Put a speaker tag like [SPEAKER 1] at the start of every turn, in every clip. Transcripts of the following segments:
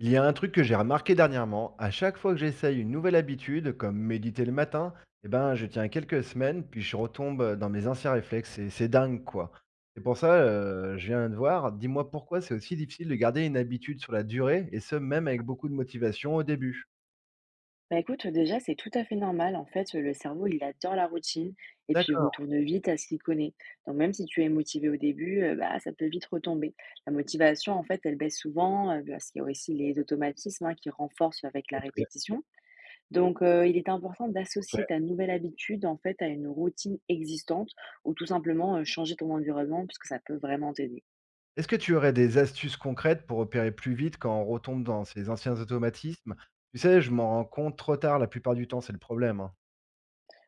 [SPEAKER 1] Il y a un truc que j'ai remarqué dernièrement, à chaque fois que j'essaye une nouvelle habitude, comme méditer le matin, eh ben, je tiens quelques semaines, puis je retombe dans mes anciens réflexes, et c'est dingue quoi. C'est pour ça, je viens de voir, dis-moi pourquoi c'est aussi difficile de garder une habitude sur la durée, et ce même avec beaucoup de motivation au début.
[SPEAKER 2] Bah écoute, déjà, c'est tout à fait normal. En fait, le cerveau, il adore la routine et puis il
[SPEAKER 1] D'accord.
[SPEAKER 2] retourne vite à ce qu'il connaît. Donc même si tu es motivé au début, bah, ça peut vite retomber. La motivation, en fait, elle baisse souvent, parce qu'il y a aussi les automatismes, hein, qui renforcent avec la
[SPEAKER 1] Ok,
[SPEAKER 2] répétition. Donc il est important d'associer
[SPEAKER 1] ok.
[SPEAKER 2] ta nouvelle habitude, en fait, à une routine existante ou tout simplement, changer ton environnement puisque ça peut vraiment t'aider.
[SPEAKER 1] Est-ce que tu aurais des astuces concrètes pour opérer plus vite quand on retombe dans ces anciens automatismes? Tu sais, je m'en rends compte trop tard la plupart du temps, c'est le problème, hein.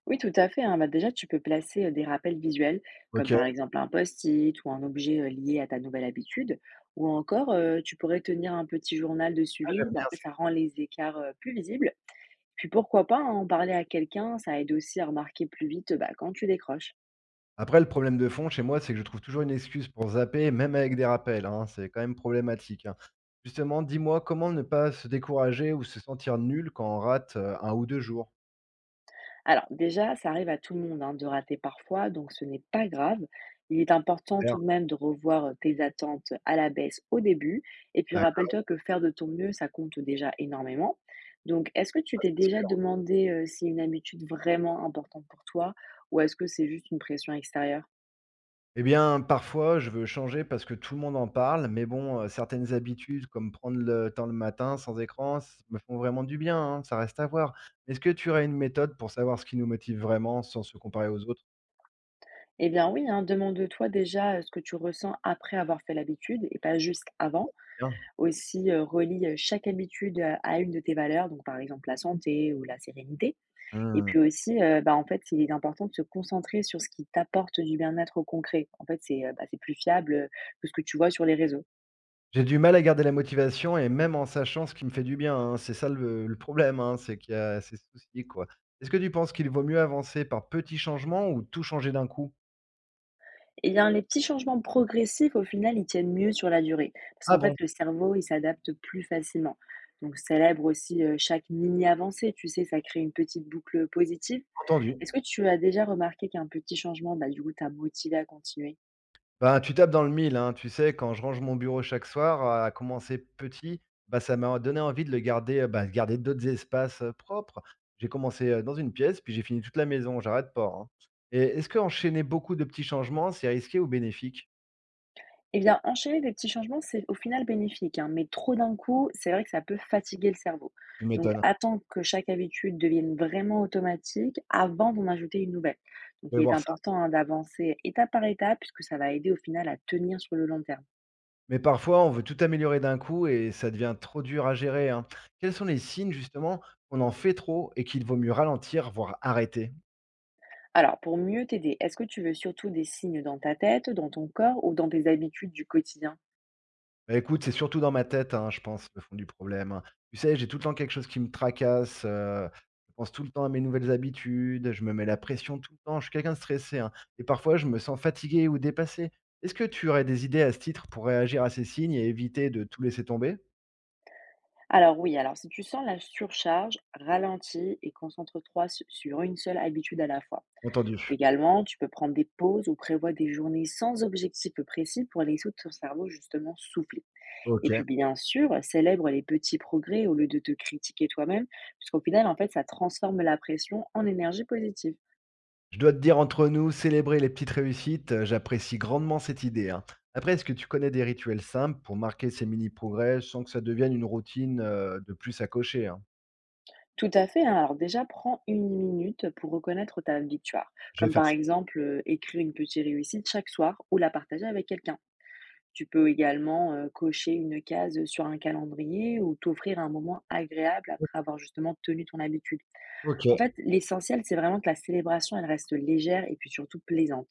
[SPEAKER 2] Oui, tout à fait, hein. Bah, déjà, tu peux placer des rappels visuels, comme
[SPEAKER 1] Ok. Ah,
[SPEAKER 2] par exemple un post-it ou un objet lié à ta nouvelle habitude, ou encore tu pourrais tenir un petit journal de suivi.
[SPEAKER 1] j'aime
[SPEAKER 2] Bah, en
[SPEAKER 1] bien
[SPEAKER 2] fait, ça
[SPEAKER 1] ça.
[SPEAKER 2] rend les écarts plus visibles. Puis pourquoi pas, hein, en parler à quelqu'un, ça aide aussi à remarquer plus vite, bah, quand tu décroches.
[SPEAKER 1] Après, le problème de fond chez moi, c'est que je trouve toujours une excuse pour zapper, même avec des rappels, hein, c'est quand même problématique, hein. Justement, dis-moi comment ne pas se décourager ou se sentir nul quand on rate un ou 2 jours.
[SPEAKER 2] Alors déjà, ça arrive à tout le monde, hein, de rater parfois, donc ce n'est pas grave. Il est important
[SPEAKER 1] Super.
[SPEAKER 2] tout de même de revoir tes attentes à la baisse au début. Et puis
[SPEAKER 1] D'accord.
[SPEAKER 2] rappelle-toi que faire de ton mieux, ça compte déjà énormément. Donc est-ce que tu t'es déjà demandé si une habitude vraiment importante pour toi ou est-ce que c'est juste une pression extérieure?
[SPEAKER 1] Eh bien, parfois, je veux changer parce que tout le monde en parle, mais bon, certaines habitudes comme prendre le temps le matin sans écran s me font vraiment du bien, hein, ça reste à voir. Est-ce que tu aurais une méthode pour savoir ce qui nous motive vraiment sans se comparer aux autres?
[SPEAKER 2] Eh bien oui, hein, demande-toi déjà ce que tu ressens après avoir fait l'habitude et pas juste avant.
[SPEAKER 1] Bien.
[SPEAKER 2] Aussi, relie chaque habitude à une de tes valeurs, donc par exemple la santé ou la sérénité. Et
[SPEAKER 1] Mmh.
[SPEAKER 2] puis aussi, bah, en fait, il est important de se concentrer sur ce qui t'apporte du bien-être au concret. En fait, c'est, bah, c'est plus fiable, que ce que tu vois sur les réseaux.
[SPEAKER 1] J'ai du mal à garder la motivation, et même en sachant ce qui me fait du bien, hein. C'est ça, le problème, hein, c'est qu'il y a ces soucis, quoi. Est-ce que tu penses qu'il vaut mieux avancer par petits changements ou tout changer d'un coup?
[SPEAKER 2] Et bien, les petits changements progressifs, au final, ils tiennent mieux sur la durée. Parce
[SPEAKER 1] Ah
[SPEAKER 2] qu'en fait,
[SPEAKER 1] bon?
[SPEAKER 2] le cerveau, il s'adapte plus facilement. Donc célèbre aussi, chaque mini avancée, tu sais? Ça crée une petite boucle positive.
[SPEAKER 1] Entendu.
[SPEAKER 2] Est-ce que tu as déjà remarqué qu'un petit changement, bah, du coup, t'a motivé à continuer?
[SPEAKER 1] Ben, tu tapes dans le mille, hein. Tu sais, quand je range mon bureau chaque soir, à commencer petit, bah, ça m'a donné envie de le garder, de garder d'autres espaces propres. J'ai commencé dans une pièce, puis j'ai fini toute la maison, j'arrête pas, hein. Et est-ce que enchaîner beaucoup de petits changements, c'est risqué ou bénéfique?
[SPEAKER 2] Eh bien, enchaîner des petits changements, c'est au final bénéfique, hein, mais trop d'un coup, c'est vrai que ça peut fatiguer le cerveau.
[SPEAKER 1] Tu
[SPEAKER 2] Donc,
[SPEAKER 1] m'étonnes.
[SPEAKER 2] attends que chaque habitude devienne vraiment automatique avant d'en ajouter une nouvelle. Donc,
[SPEAKER 1] Je
[SPEAKER 2] il
[SPEAKER 1] vais
[SPEAKER 2] est
[SPEAKER 1] voir ça.
[SPEAKER 2] important, hein, d'avancer étape par étape puisque ça va aider au final à tenir sur le long terme.
[SPEAKER 1] Mais parfois, on veut tout améliorer d'un coup et ça devient trop dur à gérer, hein. Quels sont les signes, justement, qu'on en fait trop et qu'il vaut mieux ralentir, voire arrêter?
[SPEAKER 2] Alors, pour mieux t'aider, est-ce que tu veux surtout des signes dans ta tête, dans ton corps ou dans tes habitudes du quotidien?
[SPEAKER 1] Bah, écoute, c'est surtout dans ma tête, hein, je pense, le fond du problème, hein. Tu sais, j'ai tout le temps quelque chose qui me tracasse, je pense tout le temps à mes nouvelles habitudes, je me mets la pression tout le temps, je suis quelqu'un de stressé, hein, et parfois je me sens fatigué ou dépassé. Est-ce que tu aurais des idées à ce titre pour réagir à ces signes et éviter de tout laisser tomber?
[SPEAKER 2] Alors oui, alors si tu sens la surcharge, ralentis et concentre-toi sur une seule habitude à la fois.
[SPEAKER 1] Entendu.
[SPEAKER 2] Également, tu peux prendre des pauses ou prévois des journées sans objectif précis pour laisser ton cerveau justement souffler. Et
[SPEAKER 1] OK.
[SPEAKER 2] puis bien sûr, célèbre les petits progrès au lieu de te critiquer toi-même, puisqu'au final, en fait, ça transforme la pression en énergie positive.
[SPEAKER 1] Je dois te dire, entre nous, célébrer les petites réussites, j'apprécie grandement cette idée, hein. Après, est-ce que tu connais des rituels simples pour marquer ces mini-progrès sans que ça devienne une routine de plus à cocher, hein?
[SPEAKER 2] Tout à fait, hein. Alors déjà, prends 1 minute pour reconnaître ta victoire,
[SPEAKER 1] Je vais
[SPEAKER 2] comme
[SPEAKER 1] faire
[SPEAKER 2] par
[SPEAKER 1] ça.
[SPEAKER 2] exemple, écrire une petite réussite chaque soir ou la partager avec quelqu'un. Tu peux également cocher une case sur un calendrier ou t'offrir un moment agréable après avoir justement tenu ton habitude. En fait,
[SPEAKER 1] Ok.
[SPEAKER 2] l'essentiel, c'est vraiment que la célébration, elle reste légère et puis surtout plaisante.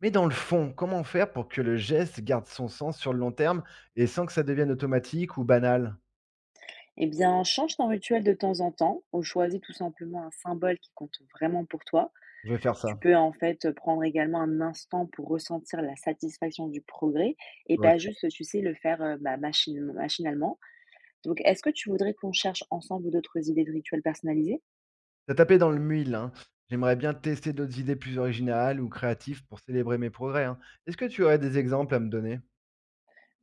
[SPEAKER 1] Mais dans le fond, comment faire pour que le geste garde son sens sur le long terme et sans que ça devienne automatique ou banal?
[SPEAKER 2] Eh bien, change ton rituel de temps en temps, ou choisis tout simplement un symbole qui compte vraiment pour toi.
[SPEAKER 1] Je vais faire
[SPEAKER 2] Tu
[SPEAKER 1] ça.
[SPEAKER 2] peux en fait prendre également un instant pour ressentir la satisfaction du progrès et pas
[SPEAKER 1] Ok.
[SPEAKER 2] juste, tu sais, le faire, bah, machinalement. Donc, est-ce que tu voudrais qu'on cherche ensemble d'autres idées de rituels personnalisés?
[SPEAKER 1] T'as tapé dans le mille, hein. J'aimerais bien tester d'autres idées plus originales ou créatives pour célébrer mes progrès, hein. Est-ce que tu aurais des exemples à me donner?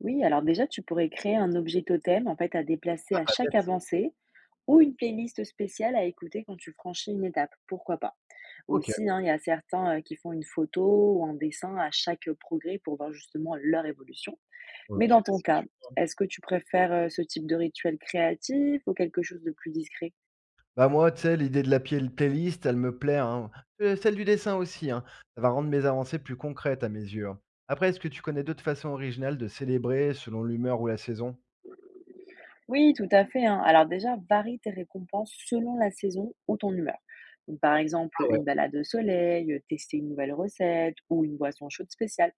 [SPEAKER 2] Oui, alors déjà, tu pourrais créer un objet totem en fait à déplacer à
[SPEAKER 1] Ah,
[SPEAKER 2] chaque
[SPEAKER 1] bête.
[SPEAKER 2] avancée ou une playlist spéciale à écouter quand tu franchis une étape. Pourquoi pas?
[SPEAKER 1] Ok.
[SPEAKER 2] Aussi, hein, il y a certains qui font une photo ou un dessin à chaque progrès pour voir justement leur évolution. Mais
[SPEAKER 1] Ok.
[SPEAKER 2] dans ton cas, est-ce que tu préfères ce type de rituel créatif ou quelque chose de plus discret?
[SPEAKER 1] Bah, moi, tu sais, l'idée de la piel playlist, elle me plaît, hein. Celle du dessin aussi, hein. Ça va rendre mes avancées plus concrètes à mes yeux, hein. Après, est-ce que tu connais d'autres façons originales de célébrer selon l'humeur ou la saison?
[SPEAKER 2] Oui, tout à fait, hein. Alors déjà, varie tes récompenses selon la saison ou ton humeur. Donc, par exemple,
[SPEAKER 1] Ah ouais.
[SPEAKER 2] une balade au soleil, tester une nouvelle recette ou une boisson chaude spéciale.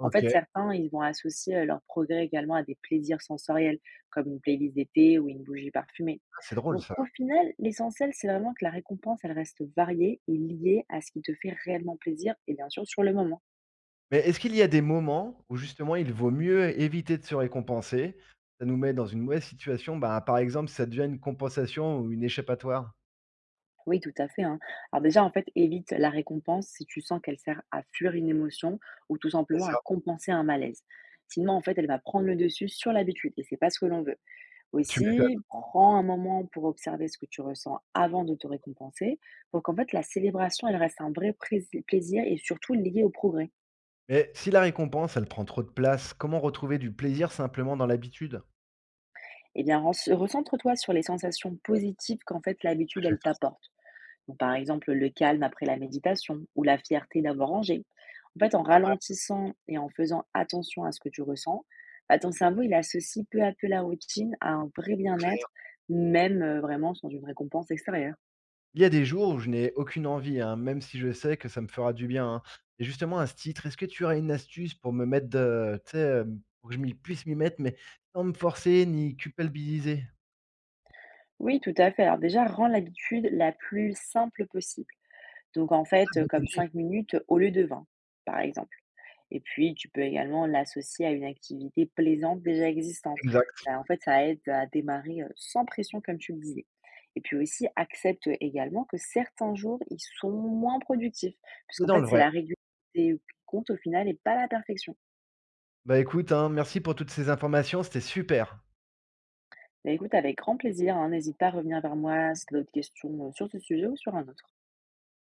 [SPEAKER 2] En fait,
[SPEAKER 1] Ah,
[SPEAKER 2] certains, ils vont associer, leur progrès également à des plaisirs sensoriels, comme une playlist d'été ou une bougie parfumée.
[SPEAKER 1] c'est drôle
[SPEAKER 2] Donc
[SPEAKER 1] ça.
[SPEAKER 2] au final, l'essentiel, c'est vraiment que la récompense, elle reste variée et liée à ce qui te fait réellement plaisir et bien sûr sur le moment.
[SPEAKER 1] Mais est-ce qu'il y a des moments où justement il vaut mieux éviter de se récompenser? Ça nous met dans une mauvaise situation, bah, par exemple, si ça devient une compensation ou une échappatoire?
[SPEAKER 2] Oui, tout à fait, hein. Alors déjà, en fait, évite la récompense si tu sens qu'elle sert à fuir une émotion ou tout
[SPEAKER 1] C'est
[SPEAKER 2] simplement à
[SPEAKER 1] ça,
[SPEAKER 2] compenser un malaise. Sinon, en fait, elle va prendre le dessus sur l'habitude et c'est pas ce que l'on veut.
[SPEAKER 1] tu m'étonnes.
[SPEAKER 2] Aussi, prends un moment pour observer ce que tu ressens avant de te récompenser, pour qu'en fait la célébration, elle reste un vrai plaisir et surtout lié au progrès.
[SPEAKER 1] Mais si la récompense, elle prend trop de place, comment retrouver du plaisir simplement dans l'habitude?
[SPEAKER 2] Eh bien, recentre-toi sur les sensations positives qu'en fait
[SPEAKER 1] Bah,
[SPEAKER 2] l'habitude,
[SPEAKER 1] je vais
[SPEAKER 2] elle t'apporte. Donc, par exemple, le calme après la méditation ou la fierté d'avoir rangé. En fait, en ralentissant et en faisant attention à ce que tu ressens, bah, ton cerveau, il associe peu à peu la routine à un vrai bien-être, même vraiment sans une récompense extérieure.
[SPEAKER 1] Il y a des jours où je n'ai aucune envie, hein, même si je sais que ça me fera du bien, hein. Et justement, à ce titre, est-ce que tu aurais une astuce pour me mettre de, tu sais, pour que je m'y mettre, mais sans me forcer ni culpabiliser?
[SPEAKER 2] Oui, tout à fait. Alors déjà, rends l'habitude la plus simple possible. Donc en
[SPEAKER 1] Ah,
[SPEAKER 2] fait, euh,
[SPEAKER 1] bonne
[SPEAKER 2] comme
[SPEAKER 1] idée.
[SPEAKER 2] 5 minutes au lieu de 20, par exemple. Et puis, tu peux également l'associer à une activité plaisante déjà existante.
[SPEAKER 1] Exact,
[SPEAKER 2] Ça, en fait, ça aide à démarrer sans pression, comme tu le disais. Et puis aussi, accepte également que certains jours, ils sont moins productifs,
[SPEAKER 1] c'est
[SPEAKER 2] puisqu'en
[SPEAKER 1] dans
[SPEAKER 2] fait,
[SPEAKER 1] le
[SPEAKER 2] c'est
[SPEAKER 1] vrai.
[SPEAKER 2] la régularité qui compte au final et pas la perfection.
[SPEAKER 1] Bah, écoute, hein, merci pour toutes ces informations, c'était super.
[SPEAKER 2] Bah, écoute, avec grand plaisir, hein, n'hésite pas à revenir vers moi si tu as d'autres questions sur ce sujet ou sur un autre.